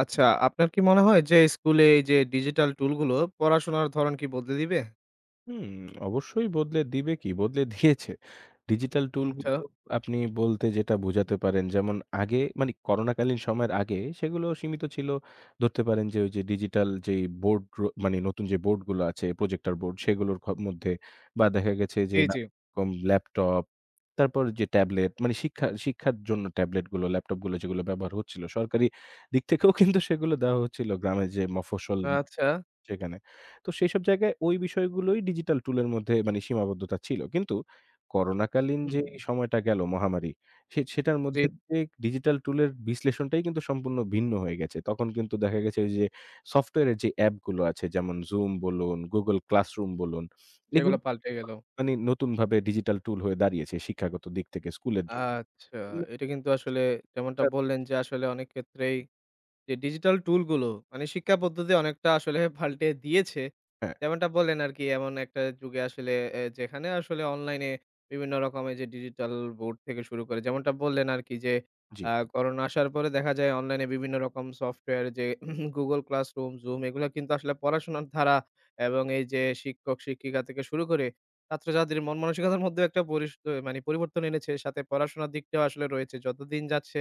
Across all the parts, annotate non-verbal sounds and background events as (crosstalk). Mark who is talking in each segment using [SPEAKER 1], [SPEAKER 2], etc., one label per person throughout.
[SPEAKER 1] আচ্ছা, আপনার কি মনে হয় যে স্কুলে এই যে ডিজিটাল টুলগুলো পড়াশোনার ধরন কি বদলে দিবে?
[SPEAKER 2] হুম, অবশ্যই বদলে দিবে কি, বদলে দিয়েছে। ডিজিটাল
[SPEAKER 1] আচ্ছা,
[SPEAKER 2] টুলগুলো আপনি বলতে যেটা বোঝাতে পারেন, যেমন আগে মানে করোনাকালীন সময়ের আগে সেগুলো সীমিত ছিল। ধরতে পারেন যে ওই যে ডিজিটাল যেই বোর্ড মানে নতুন যে বোর্ডগুলো আছে, প্রজেক্টর বোর্ড, সেগুলোর মধ্যে বা দেখা গেছে যে
[SPEAKER 1] জি, জি।
[SPEAKER 2] নানারকম ল্যাপটপ, তারপর যে ট্যাবলেট মানে শিক্ষার জন্য ট্যাবলেটগুলো, ল্যাপটপগুলো যেগুলো ব্যবহার হচ্ছিল সরকারি দিক থেকেও, কিন্তু সেগুলো দেওয়া হচ্ছিল গ্রামে, যে মফস্বল
[SPEAKER 1] আচ্ছা,
[SPEAKER 2] সেখানে। তো সেইসব জায়গায় ওই বিষয়গুলোই ডিজিটাল টুলের মধ্যে মানে সীমাবদ্ধতা ছিল। কিন্তু করোনাকালীন
[SPEAKER 1] হুম।
[SPEAKER 2] যে এই সময়টা গেল মহামারী, সেটার
[SPEAKER 1] জি,
[SPEAKER 2] মধ্যে দিয়ে ডিজিটাল টুলের বিশ্লেষণটাই কিন্তু সম্পূর্ণ ভিন্ন হয়ে গেছে। তখন কিন্তু দেখা গেছে ওই যে সফটওয়্যারের যে অ্যাপগুলো আছে, যেমন Zoom বলুন, Google Classroom বলুন, এগুলো
[SPEAKER 1] সেগুলো পাল্টে গেল।
[SPEAKER 2] মানে নতুনভাবে ডিজিটাল টুল হয়ে দাঁড়িয়েছে শিক্ষাগত দিক থেকে স্কুলের জন্য।
[SPEAKER 1] আচ্ছা,
[SPEAKER 2] মানে
[SPEAKER 1] এটা কিন্তু আসলে যেমনটা
[SPEAKER 2] একটা-
[SPEAKER 1] বললেন যে আসলে অনেক ক্ষেত্রেই যে ডিজিটাল টুলগুলো মানে শিক্ষা পদ্ধতি অনেকটা আসলে (laughs) পাল্টে দিয়েছে।
[SPEAKER 2] হ্যাঁ,
[SPEAKER 1] যেমনটা বললেন আরকি এমন একটা যুগে আসলে যেখানে আসলে অনলাইনে বিভিন্ন রকমের যে ডিজিটাল বোর্ড থেকে শুরু করে যেমনটা বললেন আরকি যে
[SPEAKER 2] জি,
[SPEAKER 1] করোনা আসার পরে দেখা যায় অনলাইনে বিভিন্ন রকম সফটওয়্যার যে (clears throat) Google Classroom, Zoom এগুলা কিন্তু আসলে পড়াশোনার ধারা এবং এই যে শিক্ষক-শিক্ষিকা থেকে শুরু করে ছাত্রছাত্রীর মন মানসিকতার মধ্যেও একটা মানে পরিবর্তন এনেছে। সাথে পড়াশোনার দিকটাও আসলে রয়েছে। যতদিন যাচ্ছে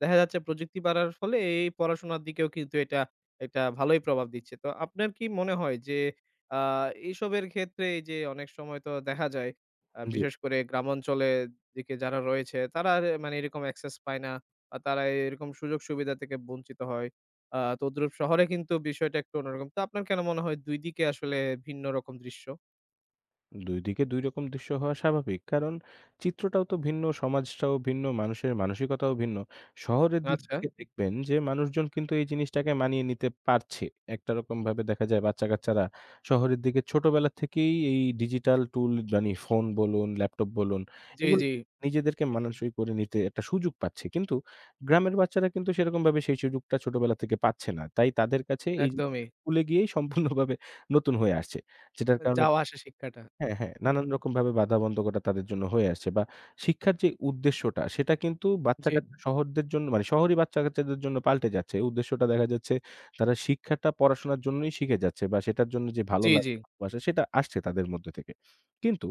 [SPEAKER 1] দেখা যাচ্ছে প্রযুক্তি বাড়ার ফলে এই পড়াশোনার দিকেও কিন্তু এটা একটা ভালোই প্রভাব দিচ্ছে। তো আপনার কি মনে হয় যে আ এসবের ক্ষেত্রে এই যে অনেক সময় তো দেখা যায়
[SPEAKER 2] জি।
[SPEAKER 1] বিশেষ করে গ্রামাঞ্চলের দিকে যারা রয়েছে তারা আর মানে এরকম অ্যাক্সেস পায় না বা তারা এরকম সুযোগ সুবিধা থেকে বঞ্চিত হয়। তদ্রুপ শহরে কিন্তু বিষয়টা একটু অন্যরকম। তো আপনার কেন মনে হয় ২ দিকে আসলে ভিন্ন রকম দৃশ্য?
[SPEAKER 2] দুই দিকে দুই রকম দৃশ্য হওয়া স্বাভাবিক। কারণ চিত্রটাও তো ভিন্ন, সমাজটাও ভিন্ন, মানুষের মানসিকতাও ভিন্ন। শহরের দিক
[SPEAKER 1] আচ্ছা।
[SPEAKER 2] থেকে দেখবেন যে মানুষজন কিন্তু এই জিনিসটাকে মানিয়ে নিতে পারছে। একটা রকমভাবে দেখা যায় বাচ্চা-কাচ্চারা শহরের দিকে ছোটবেলা থেকেই এই ডিজিটাল টুল মানে ফোন বলুন, ল্যাপটপ বলুন,
[SPEAKER 1] জি,
[SPEAKER 2] এগুলো
[SPEAKER 1] জি,
[SPEAKER 2] নিজেদেরকে মানানসই করে নিতে একটা সুযোগ পাচ্ছে। কিন্তু গ্রামের বাচ্চারা কিন্তু সেরকমভাবে সেই সুযোগটা ছোটবেলা থেকে পাচ্ছে না। তাই তাদের কাছে এই জিনিসটা
[SPEAKER 1] একদমই।
[SPEAKER 2] স্কুলে গিয়েই সম্পূর্ণভাবে নতুন হয়ে আসছে। যেটার কারণে,
[SPEAKER 1] যাওয়া আসা শিক্ষাটা।
[SPEAKER 2] হ্যাঁ, হ্যাঁ, নানান রকমভাবে বাধাবন্ধকতা তাদের জন্য হয়ে আসছে বা শিক্ষার যে উদ্দেশ্যটা সেটা কিন্তু
[SPEAKER 1] জি,
[SPEAKER 2] বাচ্চা-কাচ্চা শহরদের জন্য মানে শহরি বাচ্চা-কাচ্চাদের জন্য পাল্টে যাচ্ছে। উদ্দেশ্যটা দেখা যাচ্ছে তারা শিক্ষাটা পড়াশোনার জন্যই শিখে যাচ্ছে বা সেটার জন্য যে ভালো
[SPEAKER 1] জি,
[SPEAKER 2] লাগা,
[SPEAKER 1] জি।
[SPEAKER 2] ভালোবাসা সেটা আসছে তাদের মধ্যে থেকে। কিন্তু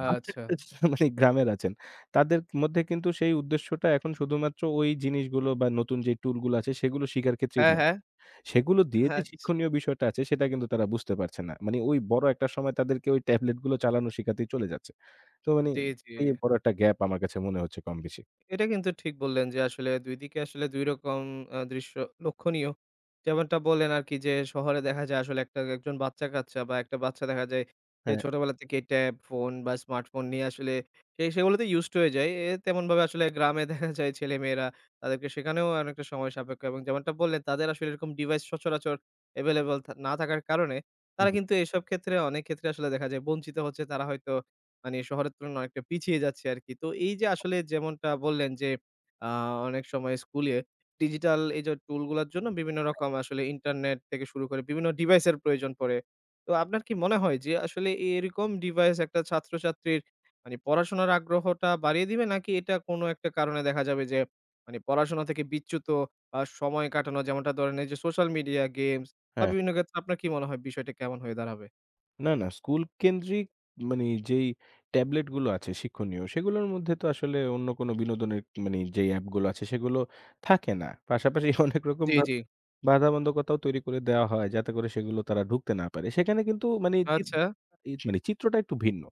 [SPEAKER 1] আচ্ছা।
[SPEAKER 2] বাচ্চা-কাচ্চা (laughs) মানে গ্রামের আছেন, তাদের মধ্যে কিন্তু সেই উদ্দেশ্যটা এখন শুধুমাত্র ওই জিনিসগুলো বা নতুন যে টুলগুলো আছে সেগুলো শিখার ক্ষেত্রেই
[SPEAKER 1] হ্যাঁ, হ্যাঁ।
[SPEAKER 2] ব্যবহার, সেগুলো দিয়ে যে
[SPEAKER 1] আচ্ছা।
[SPEAKER 2] শিক্ষণীয় বিষয়টা আছে সেটা কিন্তু তারা বুঝতে পারছে না। মানে ওই বড় একটা সময় তাদেরকে ওই ট্যাবলেট গুলো চালানো শিখাতেই চলে যাচ্ছে। তো মানে
[SPEAKER 1] জি, জি।
[SPEAKER 2] এই বড় একটা গ্যাপ আমার কাছে মনে হচ্ছে কম বেশি।
[SPEAKER 1] এটা কিন্তু ঠিক বললেন যে আসলে ২ দিকে আসলে ২ রকম দৃশ্য লক্ষণীয়। যেমনটা বললেন আরকি যে শহরে দেখা যায় আসলে একটা একজন বাচ্চা-কাচ্চা বা একটা বাচ্চা দেখা যায় যে
[SPEAKER 2] হ্যাঁ,
[SPEAKER 1] ছোটবেলা থেকে ট্যাব, ফোন বা স্মার্টফোন নিয়ে আসলে সেগুলোতে used হয়ে যায়। তেমনভাবে আসলে গ্রামে দেখা যায় ছেলেমেয়েরা তাদেরকে শেখানেও অনেকটা সময় সাপেক্ষ এবং যেমনটা বললেন তাদের আসলে এরকম ডিভাইস সচরাচর available না থাকার কারণে তারা
[SPEAKER 2] জি।
[SPEAKER 1] কিন্তু এসব ক্ষেত্রে অনেক ক্ষেত্রে আসলে দেখা যায় বঞ্চিত হচ্ছে। তারা হয়তো মানে শহরের তুলনায় অনেকটা পিছিয়ে যাচ্ছে আরকি। তো এই যে আসলে যেমনটা বললেন যে, আ অনেক সময় স্কুলে ডিজিটাল এই যে টুলগুলার জন্য বিভিন্ন রকম আসলে ইন্টারনেট থেকে শুরু করে বিভিন্ন ডিভাইসের প্রয়োজন পড়ে। তো আপনার কি মনে হয় যে আসলে এরকম ডিভাইস একটা ছাত্রছাত্রীর মানে পড়াশোনার আগ্রহটা বাড়িয়ে দিবে? নাকি এটা কোনো একটা কারণে দেখা যাবে যে মানে পড়াশোনা থেকে বিচ্যুত সময় কাটানো যেমনটা ধরেন এই যে সোশ্যাল মিডিয়া, গেমস বা বিভিন্ন ক্ষেত্রে আপনার কি মনে হয় বিষয়টা কেমন হয়ে দাঁড়াবে?
[SPEAKER 2] না, না, স্কুল কেন্দ্রিক মানে যেই ট্যাবলেট গুলো আছে শিক্ষণীয়, সেগুলোর মধ্যে তো আসলে অন্য কোনো বিনোদনের মানে যেই অ্যাপগুলো আছে সেগুলো থাকে না। পাশাপাশি (laughs) অনেক রকম
[SPEAKER 1] জি,
[SPEAKER 2] বা
[SPEAKER 1] জি।
[SPEAKER 2] বাধাবন্ধকতাও তৈরি করে দেওয়া হয় যাতে করে সেগুলো তারা ঢুকতে না পারে। সেখানে কিন্তু মানে চিত
[SPEAKER 1] আচ্ছা।
[SPEAKER 2] ই মানে চিত্রটা একটু ভিন্ন।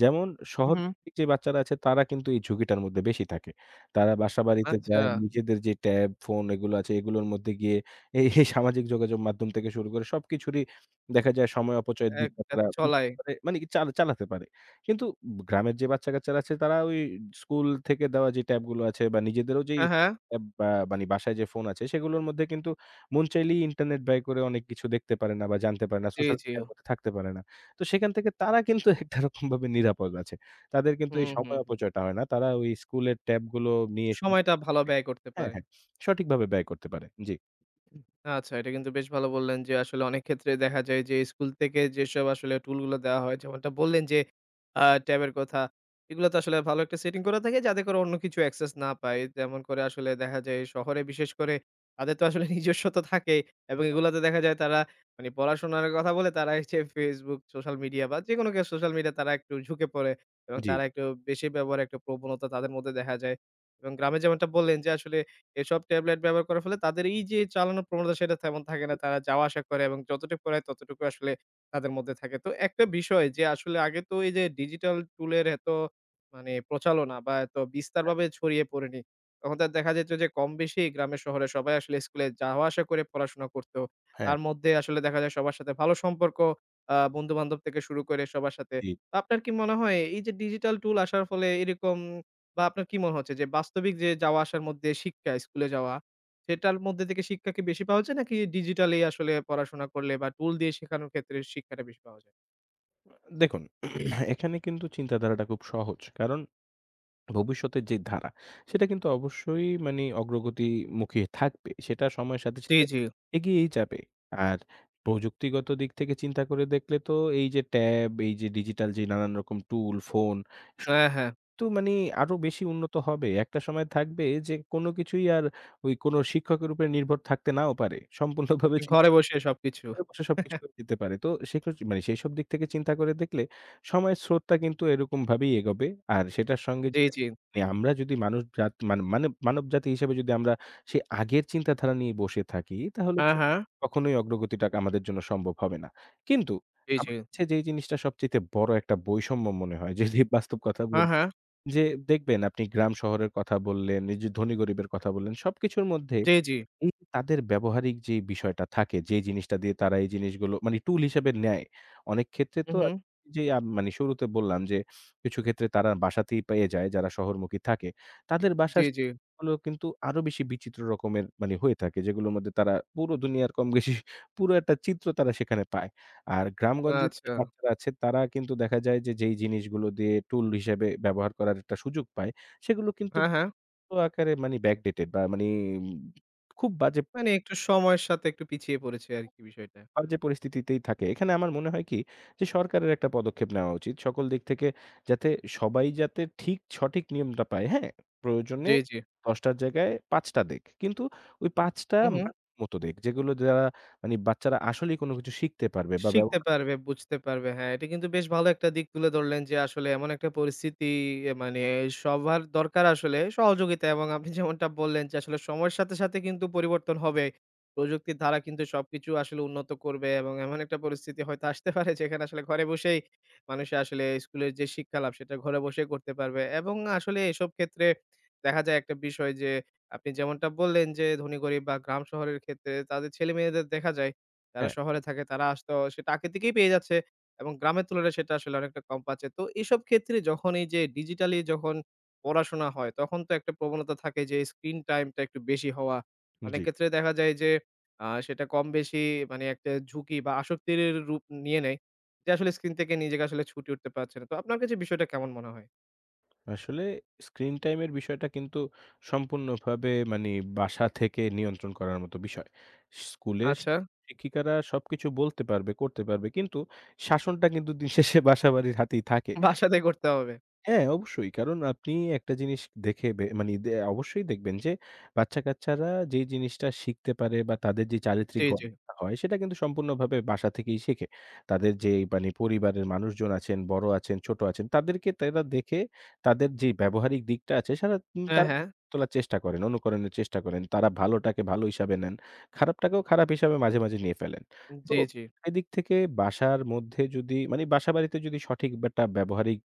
[SPEAKER 2] যেমন
[SPEAKER 1] হুম,
[SPEAKER 2] শহর
[SPEAKER 1] হুম।
[SPEAKER 2] ভিত্তিক যে বাচ্চারা আছে তারা কিন্তু এই ঝুঁকিটার মধ্যে বেশি থাকে। তারা বাসাবাড়িতে
[SPEAKER 1] আচ্ছা।
[SPEAKER 2] যায় নিজেদের যে ট্যাব, ফোন এগুলো আছে, এগুলোর মধ্যে গিয়ে এই সামাজিক যোগাযোগ মাধ্যম থেকে শুরু করে সবকিছুরই দেখা যায় সময় অপচয়ের দিকটা
[SPEAKER 1] একটা
[SPEAKER 2] তারা বুঝতে
[SPEAKER 1] চলায়।
[SPEAKER 2] পারে, মানে কি চালাতে পারে। কিন্তু গ্রামের যে বাচ্চা-কাচ্চারা আছে তারা ওই স্কুল থেকে দেওয়া যে ট্যাব গুলো আছে বা নিজেদেরও যেই
[SPEAKER 1] হ্যাঁ, হ্যাঁ।
[SPEAKER 2] ট্যাব বা মানে বাসায় যে ফোন আছে সেগুলোর মধ্যে কিন্তু মন চাইলেই ইন্টারনেট ব্যয় করে অনেক কিছু দেখতে পারে না বা জানতে পারে না।
[SPEAKER 1] জি,
[SPEAKER 2] সোশ্যাল
[SPEAKER 1] জি।
[SPEAKER 2] মিডিয়ার মধ্যে থাকতে পারে না। তো সেখান থেকে তারা কিন্তু (laughs) একটা রকমভাবে নিরাপদ আছে। তাদের কিন্তু এই
[SPEAKER 1] হুম, হুম,
[SPEAKER 2] সময়
[SPEAKER 1] হুম।
[SPEAKER 2] অপচয়টা হয় না। তারা ওই স্কুলের ট্যাব গুলো নিয়ে শুধু,
[SPEAKER 1] সময়টা ভালো ব্যয় করতে
[SPEAKER 2] হ্যাঁ,
[SPEAKER 1] পারে।
[SPEAKER 2] হ্যাঁ, সঠিকভাবে ব্যয় করতে পারে। জি,
[SPEAKER 1] আচ্ছা, এটা কিন্তু বেশ ভালো বললেন যে, আসলে অনেক ক্ষেত্রে দেখা যায় যে, স্কুল থেকে যেসব আসলে টুলগুলো দেওয়া হয়, যেমনটা বললেন যে, ট্যাবের কথা। এগুলো তো আসলে ভালো একটা সেটিং করা থাকে যাতে করে অন্য কিছু অ্যাক্সেস না পায়। যেমন করে আসলে দেখা যায় শহরে বিশেষ করে তাদের তো আসলে (laughs) নিজস্ব তো থাকেই এবং এগুলাতে দেখা যায় তারা মানে পড়াশোনার কথা বলে তারা হচ্ছে Facebook, সোশ্যাল মিডিয়া বা যেকোনো সোশ্যাল মিডিয়া তারা একটু ঝুঁকে পড়ে এবং
[SPEAKER 2] জি।
[SPEAKER 1] তারা একটু বেশি ব্যবহারের একটা প্রবণতা তাদের মধ্যে দেখা যায়। এবং গ্রামে যেমনটা বললেন যে, আসলে এসব ট্যাবলেট ব্যবহার করার ফলে তাদের এই যে চালানোর প্রবণতা সেটা তেমন থাকে না। তারা যাওয়া আসা করে এবং যতটুকু করায় ততটুকু আসলে তাদের মধ্যে থাকে। তো একটা বিষয় যে আসলে আগে তো এই যে ডিজিটাল টুলের এত মানে প্রচালনা বা এত বিস্তারভাবে ছড়িয়ে পড়েনি। তখন তো দেখা যেত যে কম বেশি গ্রামে শহরে সবাই আসলে স্কুলে যাওয়া আসা করে পড়াশোনা করত।
[SPEAKER 2] হ্যাঁ,
[SPEAKER 1] তার মধ্যে আসলে দেখা যায় সবার সাথে ভালো সম্পর্ক বন্ধু-বান্ধব থেকে শুরু করে সবার সাথে।
[SPEAKER 2] জি।
[SPEAKER 1] তো আপনার কি মনে হয় এই যে ডিজিটাল টুল আসার ফলে এরকম বা আপনার কি মনে হচ্ছে যে বাস্তবিক যে যাওয়া আসার মধ্যে শিক্ষা, স্কুলে যাওয়া, সেটার মধ্যে থেকে শিক্ষা কি বেশি পাওয়া যায় নাকি ডিজিটালি আসলে পড়াশোনা করলে বা টুল দিয়ে শেখানোর ক্ষেত্রে শিক্ষাটা বেশি পাওয়া যায়?
[SPEAKER 2] দেখুন, (clears throat) এখানে কিন্তু চিন্তাধারাটা খুব সহজ। কারণ ভবিষ্যতের যে ধারা, সেটা কিন্তু অবশ্যই মানে অগ্রগতিমুখী থাকবে। সেটা সময়ের সাথে,
[SPEAKER 1] জি,
[SPEAKER 2] সাথে
[SPEAKER 1] জি।
[SPEAKER 2] এগিয়েই যাবে। আর প্রযুক্তিগত দিক থেকে চিন্তা করে দেখলে তো এই যে ট্যাব, এই যে ডিজিটাল যে নানান রকম টুল, ফোন, সব
[SPEAKER 1] হ্যাঁ, হ্যাঁ।
[SPEAKER 2] তো মানে আরো বেশি উন্নত হবে। একটা সময় থাকবে যে কোনো কিছুই আর ওই কোনো শিক্ষকের উপরে নির্ভর থাকতে নাও পারে। সম্পূর্ণভাবে
[SPEAKER 1] ঘরে বসে সবকিছু।
[SPEAKER 2] ঘরে বসে সবকিছু
[SPEAKER 1] (laughs)
[SPEAKER 2] করে দিতে পারে। তো সেক্ষেত্রে মানে সেইসব দিক থেকে চিন্তা করে দেখলে সময়ের স্রোতটা কিন্তু এরকমভাবেই এগোবে। আর সেটার সঙ্গে
[SPEAKER 1] জি,
[SPEAKER 2] যদি
[SPEAKER 1] জি।
[SPEAKER 2] মানে আমরা যদি মানুষ জাত মানে মানে মানবজাতি হিসেবে যদি আমরা সেই আগের চিন্তাধারা নিয়ে বসে থাকি, তাহলে
[SPEAKER 1] হ্যাঁ,
[SPEAKER 2] তো
[SPEAKER 1] হ্যাঁ।
[SPEAKER 2] কখনোই অগ্রগতিটা আমাদের জন্য সম্ভব হবে না। কিন্তু
[SPEAKER 1] জি, জি।
[SPEAKER 2] আমার কাছে যেই জিনিসটা সবচাইতে বড় একটা বৈষম্য মনে হয় যদি বাস্তব কথা
[SPEAKER 1] হ্যাঁ,
[SPEAKER 2] বলি,
[SPEAKER 1] হ্যাঁ।
[SPEAKER 2] যে দেখবেন আপনি গ্রাম শহরের কথা বললেন, এই যে ধনী গরিবের কথা বললেন, সবকিছুর মধ্যে
[SPEAKER 1] জি, জি।
[SPEAKER 2] এই তাদের ব্যবহারিক যে বিষয়টা থাকে, যে জিনিসটা দিয়ে তারা এই জিনিসগুলো মানে টুল হিসেবে নেয়। অনেক ক্ষেত্রে
[SPEAKER 1] হু,
[SPEAKER 2] তো,
[SPEAKER 1] হু।
[SPEAKER 2] যে মানে শুরুতে বললাম যে কিছু ক্ষেত্রে তারা বাসাতেই পেয়ে যায় যারা শহরমুখী থাকে। তাদের
[SPEAKER 1] জি,
[SPEAKER 2] বাসার
[SPEAKER 1] জি।
[SPEAKER 2] গুলো কিন্তু আরো বেশি বিচিত্র রকমের মানে হয়ে থাকে, যেগুলোর মধ্যে তারা পুরো দুনিয়ার কম বেশি (laughs) পুরো একটা চিত্র তারা সেখানে পায়। আর গ্রামগঞ্জের যে
[SPEAKER 1] আচ্ছা।
[SPEAKER 2] বাচ্চারা আছে তারা কিন্তু দেখা যায় যে যেই জিনিসগুলো দিয়ে টুল হিসেবে ব্যবহার করার একটা সুযোগ পায় সেগুলো কিন্তু
[SPEAKER 1] হ্যাঁ, হ্যাঁ।
[SPEAKER 2] বড় আকারে মানে backdated বা মানি খুব বাজে,
[SPEAKER 1] মানে একটু সময়ের সাথে একটু পিছিয়ে পড়েছে আরকি বিষয়টা।
[SPEAKER 2] বাজে পরিস্থিতিতেই থাকে। এখানে আমার মনে হয় কি, যে সরকারের একটা পদক্ষেপ নেওয়া উচিত। সকল দিক থেকে যাতে সবাই যাতে ঠিক সঠিক নিয়মটা পায়, হ্যাঁ? প্রয়োজনে
[SPEAKER 1] জি, জি।
[SPEAKER 2] ১০ টার জায়গায় ৫ টা দিক। কিন্তু ওই ৫ টা
[SPEAKER 1] হু, হু।
[SPEAKER 2] মতো দিক যেগুলো যারা, মানে বাচ্চারা আসলেই কোনো কিছু শিখতে পারবে বা
[SPEAKER 1] শিখতে পারবে, বুঝতে পারবে। হ্যাঁ, এটা কিন্তু বেশ ভালো একটা দিক তুলে ধরলেন যে আসলে এমন একটা পরিস্থিতি মানে সবার দরকার আসলে সহযোগিতা এবং আপনি যেমনটা বললেন যে আসলে সময়ের সাথে, সাথে কিন্তু পরিবর্তন হবে। প্রযুক্তির ধারা কিন্তু সবকিছু আসলে উন্নত করবে এবং এমন একটা পরিস্থিতি হয়তো আসতে পারে যেখানে আসলে ঘরে বসেই মানুষ আসলে স্কুলের যে শিক্ষা লাভ সেটা ঘরে বসেই করতে পারবে এবং আসলে এসব ক্ষেত্রে দেখা যায় একটা বিষয় যে আপনি যেমনটা বললেন যে ধনী গরিব বা গ্রাম শহরের ক্ষেত্রে তাদের ছেলেমেয়েদের দেখা যায় যারা
[SPEAKER 2] হ্যাঁ,
[SPEAKER 1] শহরে থাকে তারা আসতো সেটা আগে থেকেই পেয়ে যাচ্ছে এবং গ্রামের তুলনায় সেটা আসলে অনেকটা কম পাচ্ছে। তো এসব ক্ষেত্রে যখন এই যে ডিজিটালি যখন পড়াশোনা হয় তখন তো একটা প্রবণতা থাকে যে স্ক্রিন টাইমটা একটু বেশি হওয়া। অনেক
[SPEAKER 2] জি।
[SPEAKER 1] ক্ষেত্রে দেখা যায় যে সেটা কম বেশি মানে একটা ঝুঁকি বা আসক্তির রূপ নিয়ে নেয়। যে আসলে স্ক্রিন থেকে নিজেকে আসলে ছুটে উঠতে পারছে না। তো আপনার কাছে বিষয়টা কেমন মনে হয়?
[SPEAKER 2] আসলে স্ক্রিন টাইমের বিষয়টা কিন্তু সম্পূর্ণভাবে মানে বাসা থেকে নিয়ন্ত্রণ করার মতো বিষয়। স্কুলের
[SPEAKER 1] আচ্ছা,
[SPEAKER 2] শিক্ষিকারা সবকিছু বলতে পারবে, করতে পারবে। কিন্তু শাসনটা কিন্তু দিন শেষে বাসাবাড়ির হাতেই থাকে।
[SPEAKER 1] বাসাতেই করতে হবে।
[SPEAKER 2] হ্যাঁ, অবশ্যই। কারণ আপনি একটা জিনিস দেখে বে মানি দে অবশ্যই দেখবেন যে বাচ্চা-কাচ্চারা যেই জিনিসটা শিখতে পারে বা তাদের যে চারিত্রিক
[SPEAKER 1] জি, জি।
[SPEAKER 2] গঠনটা হয়, সেটা কিন্তু সম্পূর্ণভাবে বাসা থেকেই শেখে। তাদের যে মানি পরিবারের মানুষজন আছেন, বড় আছেন, ছোট আছেন, তাদেরকে তারা দেখে তাদের যে ব্যবহারিক দিকটা আছে সারা
[SPEAKER 1] হ্যাঁ,
[SPEAKER 2] তারা
[SPEAKER 1] হ্যাঁ।
[SPEAKER 2] তোলার চেষ্টা করেন, অনুকরণের চেষ্টা করেন। তারা ভালোটাকে ভালো হিসাবে নেন। খারাপটাকেও খারাপ হিসাবে মাঝে, মাঝে নিয়ে ফেলেন। তো
[SPEAKER 1] জি,
[SPEAKER 2] হুম।
[SPEAKER 1] জি।
[SPEAKER 2] এদিক থেকে বাসার মধ্যে যদি মানি বাসাবাড়িতে যদি সঠিক একটা ব্যবহারিক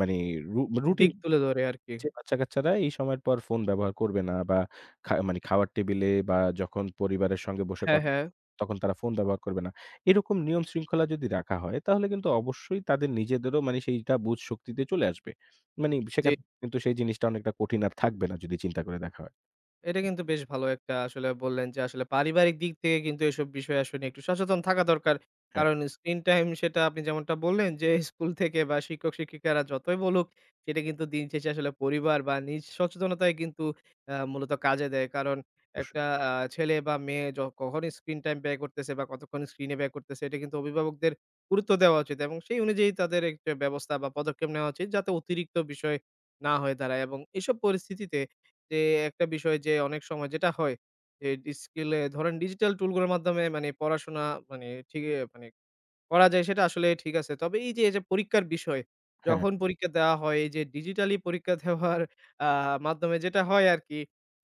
[SPEAKER 2] মানে রু রুটিন
[SPEAKER 1] দিক তুলে ধরে আরকি।
[SPEAKER 2] যে বাচ্চা-কাচ্চারা এই সময়ের পর ফোন ব্যবহার করবে না বা মানে খাওয়ার টেবিলে বা যখন পরিবারের সঙ্গে বসে
[SPEAKER 1] হ্যাঁ, হ্যাঁ।
[SPEAKER 2] তখন তারা ফোন ব্যবহার করবে না। এরকম নিয়ম শৃঙ্খলা যদি রাখা হয় তাহলে কিন্তু অবশ্যই তাদের নিজেদেরও মানে সেইটা বুঝ শক্তিতে চলে আসবে। মানে
[SPEAKER 1] জি।
[SPEAKER 2] সেখানে কিন্তু সেই জিনিসটা অনেকটা কঠিন আর থাকবে না যদি চিন্তা করে দেখা হয়।
[SPEAKER 1] এটা কিন্তু বেশ ভালো একটা আসলে বললেন যে আসলে পারিবারিক দিক থেকে কিন্তু এসব বিষয়ে আসলে একটু সচেতন থাকা দরকার।
[SPEAKER 2] হ্যাঁ,
[SPEAKER 1] কারণ স্ক্রিন টাইম সেটা আপনি যেমনটা বললেন যে স্কুল থেকে বা শিক্ষক-শিক্ষিকারা যতই বলুক সেটা কিন্তু দিন শেষে আসলে পরিবার বা নিজ সচেতনতায় কিন্তু মূলত কাজে দেয়। কারণ
[SPEAKER 2] অবশ্যই।
[SPEAKER 1] একটা ছেলে বা মেয়ে কখন স্ক্রিন টাইম ব্যয় করতেছে বা কতক্ষণ স্ক্রিনে ব্যয় করতেছে এটা কিন্তু অভিভাবকদের গুরুত্ব দেওয়া উচিত এবং সেই অনুযায়ী তাদের একটা ব্যবস্থা বা পদক্ষেপ নেওয়া উচিত যাতে অতিরিক্ত বিষয় না হয়ে দাঁড়ায় এবং এসব পরিস্থিতিতে যে একটা বিষয় যে অনেক সময় যেটা হয় যে স্কিলে ধরেন ডিজিটাল টুলগুলোর মাধ্যমে মানে পড়াশোনা মানে ঠিক মানে করা যায় সেটা আসলে ঠিক আছে। তবে এই যে, এই যে পরীক্ষার বিষয়,
[SPEAKER 2] হ্যাঁ,
[SPEAKER 1] যখন পরীক্ষা দেওয়া হয় এই যে ডিজিটালি পরীক্ষা দেওয়ার আ মাধ্যমে যেটা হয় আরকি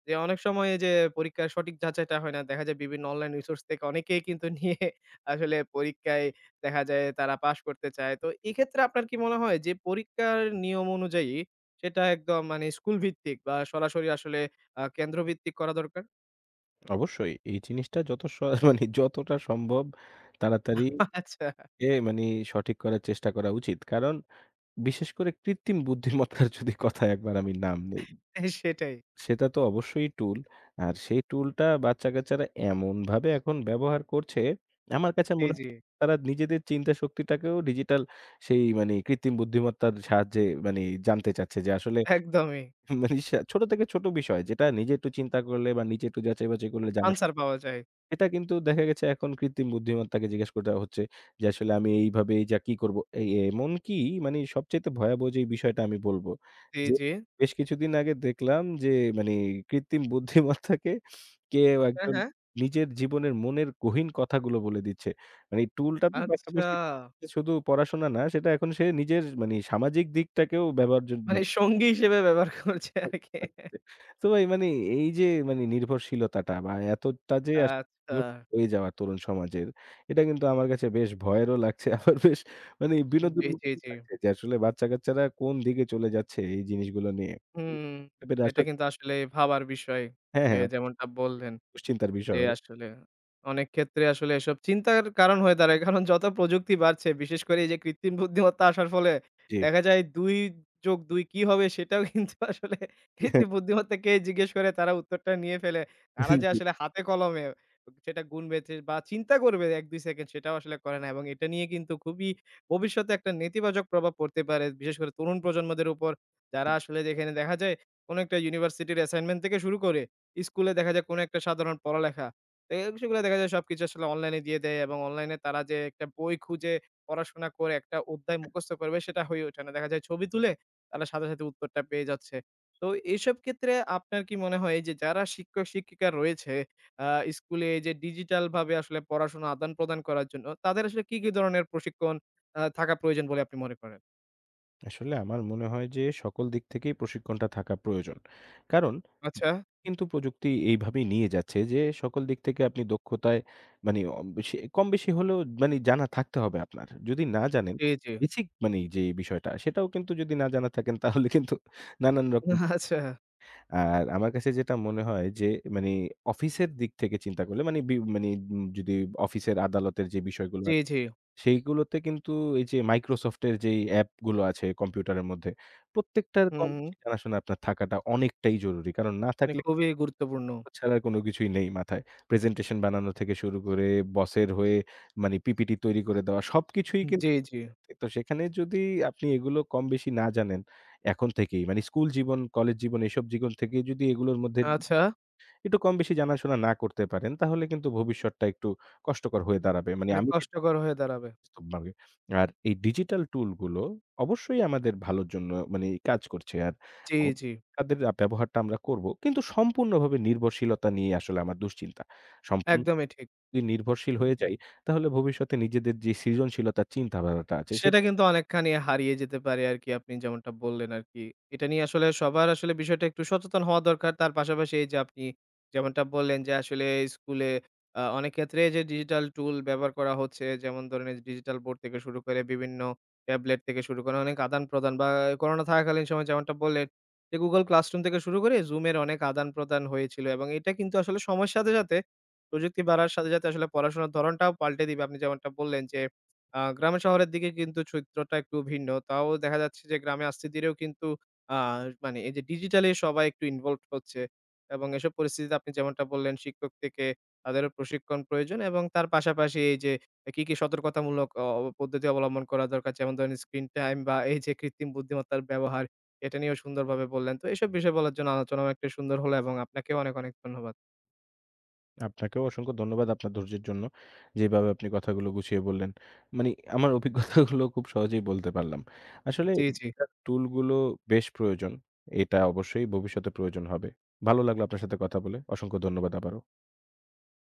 [SPEAKER 1] যে, অনেক সময় এই যে পরীক্ষার সঠিক যাচাইটা হয় না। দেখা যায় বিভিন্ন অনলাইন রিসোর্স থেকে অনেকেই কিন্তু নিয়ে আসলে পরীক্ষায় দেখা যায় তারা পাস করতে চায়। তো এক্ষেত্রে আপনার কি মনে হয় যে পরীক্ষার নিয়ম অনুযায়ী সেটা একদম মানে স্কুল ভিত্তিক বা সরাসরি আসলে কেন্দ্র ভিত্তিক করা দরকার?
[SPEAKER 2] অবশ্যই এই জিনিসটা যত স (laughs) মানে যতটা সম্ভব তাড়াতাড়ি
[SPEAKER 1] আচ্ছা
[SPEAKER 2] মানে সঠিক করার চেষ্টা করা উচিত। কারণ বিশেষ করে কৃত্রিম বুদ্ধিমত্তার যদি কথা একবার আমি নাম নেই,
[SPEAKER 1] সেটাই।
[SPEAKER 2] সেটা তো অবশ্যই টুল। আর সেই টুলটা বাচ্চা-কাচ্চারা এমনভাবে এখন ব্যবহার করছে, আমার কাছে
[SPEAKER 1] জি,
[SPEAKER 2] মনে
[SPEAKER 1] জি।
[SPEAKER 2] হয় তারা নিজেদের চিন্তা শক্তিটাকেও ডিজিটাল সেই মানে কৃত্রিম বুদ্ধিমত্তার সাহায্যে মানে জানতে চাচ্ছে যে আসলে
[SPEAKER 1] একদমই।
[SPEAKER 2] মানে ছোট থেকে ছোট বিষয় যেটা নিজে একটু চিন্তা করলে বা নিজে একটু যাচাই-বাছাই করলে জানা।
[SPEAKER 1] আনসার পাওয়া যায়।
[SPEAKER 2] এটা কিন্তু দেখা গেছে এখন কৃত্রিম বুদ্ধিমত্তাকে জিজ্ঞেস করা হচ্ছে যে আসলে আমি এইভাবে এই যা কি করব? এই, এমনকি মানে সবচাইতে ভয়াবহ যেই বিষয়টা আমি বলব,
[SPEAKER 1] জি,
[SPEAKER 2] যে
[SPEAKER 1] জি।
[SPEAKER 2] বেশ কিছুদিন আগে দেখলাম যে মানে কৃত্রিম বুদ্ধিমত্তাকে কেউ
[SPEAKER 1] হ্যাঁ,
[SPEAKER 2] একজন
[SPEAKER 1] হ্যাঁ।
[SPEAKER 2] নিজের জীবনের মনের গহীন কথাগুলো বলে দিচ্ছে। মানে এই টুলটা তো
[SPEAKER 1] আচ্ছা।
[SPEAKER 2] পাশাপাশি শুধু পড়াশোনা না, সেটা এখন সে নিজের মানে সামাজিক দিকটাকেও ব্যবহার।
[SPEAKER 1] মানে সঙ্গী হিসেবে ব্যবহার (laughs) করছে আরকি।
[SPEAKER 2] তো ভাই মানে এই যে মানে নির্ভরশীলতাটা বা এতটা যে আসলে
[SPEAKER 1] আচ্ছা।
[SPEAKER 2] নির্ভরশীল হয়ে যাওয়া তরুণ সমাজের, এটা কিন্তু আমার কাছে বেশ ভয়েরও লাগছে। (laughs) আবার বেশ মানে বিনোদন
[SPEAKER 1] জি, জি,
[SPEAKER 2] মুখীও
[SPEAKER 1] জি।
[SPEAKER 2] লাগছে যে আসলে বাচ্চা-কাচ্চারা কোন দিকে চলে যাচ্ছে এই জিনিসগুলো নিয়ে।
[SPEAKER 1] হুম।
[SPEAKER 2] এটা
[SPEAKER 1] এটা
[SPEAKER 2] আসলে,
[SPEAKER 1] কিন্তু আসলে ভাবার বিষয়।
[SPEAKER 2] হ্যাঁ,
[SPEAKER 1] যে
[SPEAKER 2] হ্যাঁ,
[SPEAKER 1] যেমনটা বললেন।
[SPEAKER 2] দুশ্চিন্তার বিষয়
[SPEAKER 1] জি,
[SPEAKER 2] হবে।
[SPEAKER 1] আসলে অনেক ক্ষেত্রে আসলে এসব চিন্তার কারণ হয়ে দাঁড়ায়। (laughs) কারণ যত প্রযুক্তি বাড়ছে বিশেষ করে এই যে কৃত্রিম বুদ্ধিমত্তা আসার ফলে
[SPEAKER 2] জি।
[SPEAKER 1] দেখা যায় ২+২ কি হবে সেটাও কিন্তু (laughs) আসলে কৃত্রিম বুদ্ধিমত্তাকে জিজ্ঞেস করে তারা উত্তরটা নিয়ে ফেলে। তারা যে
[SPEAKER 2] জি।
[SPEAKER 1] আসলে হাতে কলমে সেটা গুনবেছে বা চিন্তা করবে ১-২ সেকেন্ড সেটাও আসলে করে না এবং এটা নিয়ে কিন্তু খুবই ভবিষ্যতে একটা নেতিবাচক প্রভাব পড়তে পারে। বিশেষ করে তরুণ প্রজন্মদের উপর যারা আসলে যেখানে দেখা যায় কোনো একটা ইউনিভার্সিটির অ্যাসাইনমেন্ট থেকে শুরু করে স্কুলে দেখা যায় কোনো একটা সাধারণ পড়ালেখা। তো এই সেগুলো দেখা যায় সবকিছু আসলে অনলাইনে দিয়ে দেয় এবং অনলাইনে তারা যে একটা বই খুঁজে পড়াশোনা করে একটা অধ্যায় মুখস্থ করবে সেটা হয়ে ওঠে না। দেখা যায় ছবি তুলে তারা সাথে, সাথে উত্তরটা পেয়ে যাচ্ছে। তো এইসব ক্ষেত্রে আপনার কি মনে হয় যে যারা শিক্ষক-শিক্ষিকা রয়েছে আ স্কুলে এই যে ডিজিটালভাবে আসলে পড়াশোনা আদান-প্রদান করার জন্য তাদের আসলে কি, কি ধরনের প্রশিক্ষণ থাকা প্রয়োজন বলে আপনি মনে করেন?
[SPEAKER 2] আসলে আমার মনে হয় যে সকল দিক থেকেই প্রশিক্ষণটা থাকা প্রয়োজন। কারণ
[SPEAKER 1] আচ্ছা,
[SPEAKER 2] কিন্তু প্রযুক্তি এইভাবেই নিয়ে যাচ্ছে যে সকল দিক থেকে আপনি দক্ষতায় মানে অম বেশি কম বেশি হলেও মানে জানা থাকতে হবে আপনার। যদি না, জি, জানেন
[SPEAKER 1] জি, জি।
[SPEAKER 2] বেসিক মানে যে বিষয়টা, সেটাও কিন্তু যদি না জানা থাকেন তাহলে কিন্তু নানান রকম।
[SPEAKER 1] আচ্ছা,
[SPEAKER 2] আর আমার কাছে যেটা মনে হয় যে মানে অফিসের দিক থেকে চিন্তা করলে মানে মানে যদি অফিসের আদালতের যে বিষয়গুলো
[SPEAKER 1] জি,
[SPEAKER 2] আছে
[SPEAKER 1] জি।
[SPEAKER 2] সেইগুলোতে কিন্তু এই যে Microsoft এর যেই অ্যাপগুলো আছে কম্পিউটারের মধ্যে, প্রত্যেকটার কম
[SPEAKER 1] হুম, হুম।
[SPEAKER 2] বেশি জানাশোনা আপনার থাকাটা অনেকটাই জরুরি। কারণ না
[SPEAKER 1] মানে
[SPEAKER 2] থাকলে
[SPEAKER 1] খুবই গুরুত্বপূর্ণ।
[SPEAKER 2] ছাড়া কোনো কিছুই নেই মাথায়। প্রেজেন্টেশন বানানো থেকে শুরু করে বসের হয়ে মানে পিপিটি তৈরি করে দেওয়া সবকিছুই কিন্তু।
[SPEAKER 1] জি, জি।
[SPEAKER 2] তো সেখানে যদি আপনি এগুলো কম বেশি না জানেন, এখন থেকেই মানে স্কুল জীবন, কলেজ জীবন, এসব জীবন থেকেই যদি এগুলোর মধ্যে
[SPEAKER 1] আচ্ছা,
[SPEAKER 2] একটু কম বেশি জানাশোনা না করতে পারেন তাহলে কিন্তু ভবিষ্যৎটা একটু কষ্টকর হয়ে দাঁড়াবে। মানে
[SPEAKER 1] মানে
[SPEAKER 2] আমি
[SPEAKER 1] কষ্টকর হয়ে দাঁড়াবে।
[SPEAKER 2] বাস্তব ভাবে। আর এই ডিজিটাল টুলগুলো অবশ্যই আমাদের ভালোর জন্য মানে কাজ করছে। আর
[SPEAKER 1] জি,
[SPEAKER 2] অ
[SPEAKER 1] জি।
[SPEAKER 2] তাদের ব্যবহারটা আমরা করব। কিন্তু সম্পূর্ণভাবে নির্ভরশীলতা নিয়ে আসলে আমার দুশ্চিন্তা। সম্পূর্ণ
[SPEAKER 1] একদমই ঠিক।
[SPEAKER 2] যদি নির্ভরশীল হয়ে যাই, তাহলে ভবিষ্যতে নিজেদের যে সৃজনশীলতার চিন্তাধারাটা আছে
[SPEAKER 1] সেটা
[SPEAKER 2] সেটা।
[SPEAKER 1] কিন্তু অনেকখানি হারিয়ে যেতে পারে আরকি আপনি যেমনটা বললেন আরকি। এটা নিয়ে আসলে সবার আসলে বিষয়টা একটু সচেতন হওয়া দরকার। তার পাশাপাশি এই যে আপনি যেমনটা বললেন যে আসলে স্কুলে অনেক ক্ষেত্রে এই যে ডিজিটাল টুল ব্যবহার করা হচ্ছে যেমন ধরেন এই যে ডিজিটাল বোর্ড থেকে শুরু করে বিভিন্ন ট্যাবলেট থেকে শুরু করে অনেক আদান-প্রদান বা করোনা থাকাকালীন সময়ে যেমনটা বললেন যে Google Classroom থেকে শুরু করে Zoom এর অনেক আদান-প্রদান হয়েছিল এবং এটা কিন্তু আসলে সময়ের সাথে, সাথে প্রযুক্তি বাড়ার সাথে, সাথে আসলে পড়াশোনার ধরনটাও পাল্টে দিবে। আপনি যেমনটা বললেন যে গ্রামে শহরের দিকে কিন্তু চিত্রটা একটু ভিন্ন। তাও দেখা যাচ্ছে যে গ্রামে আস্তে ধীরেও কিন্তু আ মানে এই যে ডিজিটালি সবাই একটু ইনভলভড হচ্ছে। এবং এসব পরিস্থিতিতে আপনি যেমনটা বললেন শিক্ষক থেকে তাদেরও প্রশিক্ষণ প্রয়োজন এবং তার পাশাপাশি এই যে কি, কি সতর্কতামূলক অ অ পদ্ধতি অবলম্বন করা দরকার যেমন ধরেন স্ক্রিন টাইম বা এই যে কৃত্রিম বুদ্ধিমত্তার ব্যবহার এটা নিয়েও সুন্দরভাবে বললেন। তো এসব বিষয় বলার জন্য আলোচনাও একটা সুন্দর হলো এবং আপনাকেও অনেক, অনেক ধন্যবাদ।
[SPEAKER 2] আপনাকেও অসংখ্য ধন্যবাদ আপনার ধৈর্যের জন্য। যেভাবে আপনি কথাগুলো গুছিয়ে বললেন, মানে আমার অভিজ্ঞতাগুলো খুব সহজেই বলতে পারলাম। আসলে
[SPEAKER 1] জি, জি।
[SPEAKER 2] টুলগুলো বেশ প্রয়োজন। এটা অবশ্যই ভবিষ্যতে প্রয়োজন হবে। ভালো লাগলো আপনার সাথে কথা বলে। অসংখ্য ধন্যবাদ আবারও।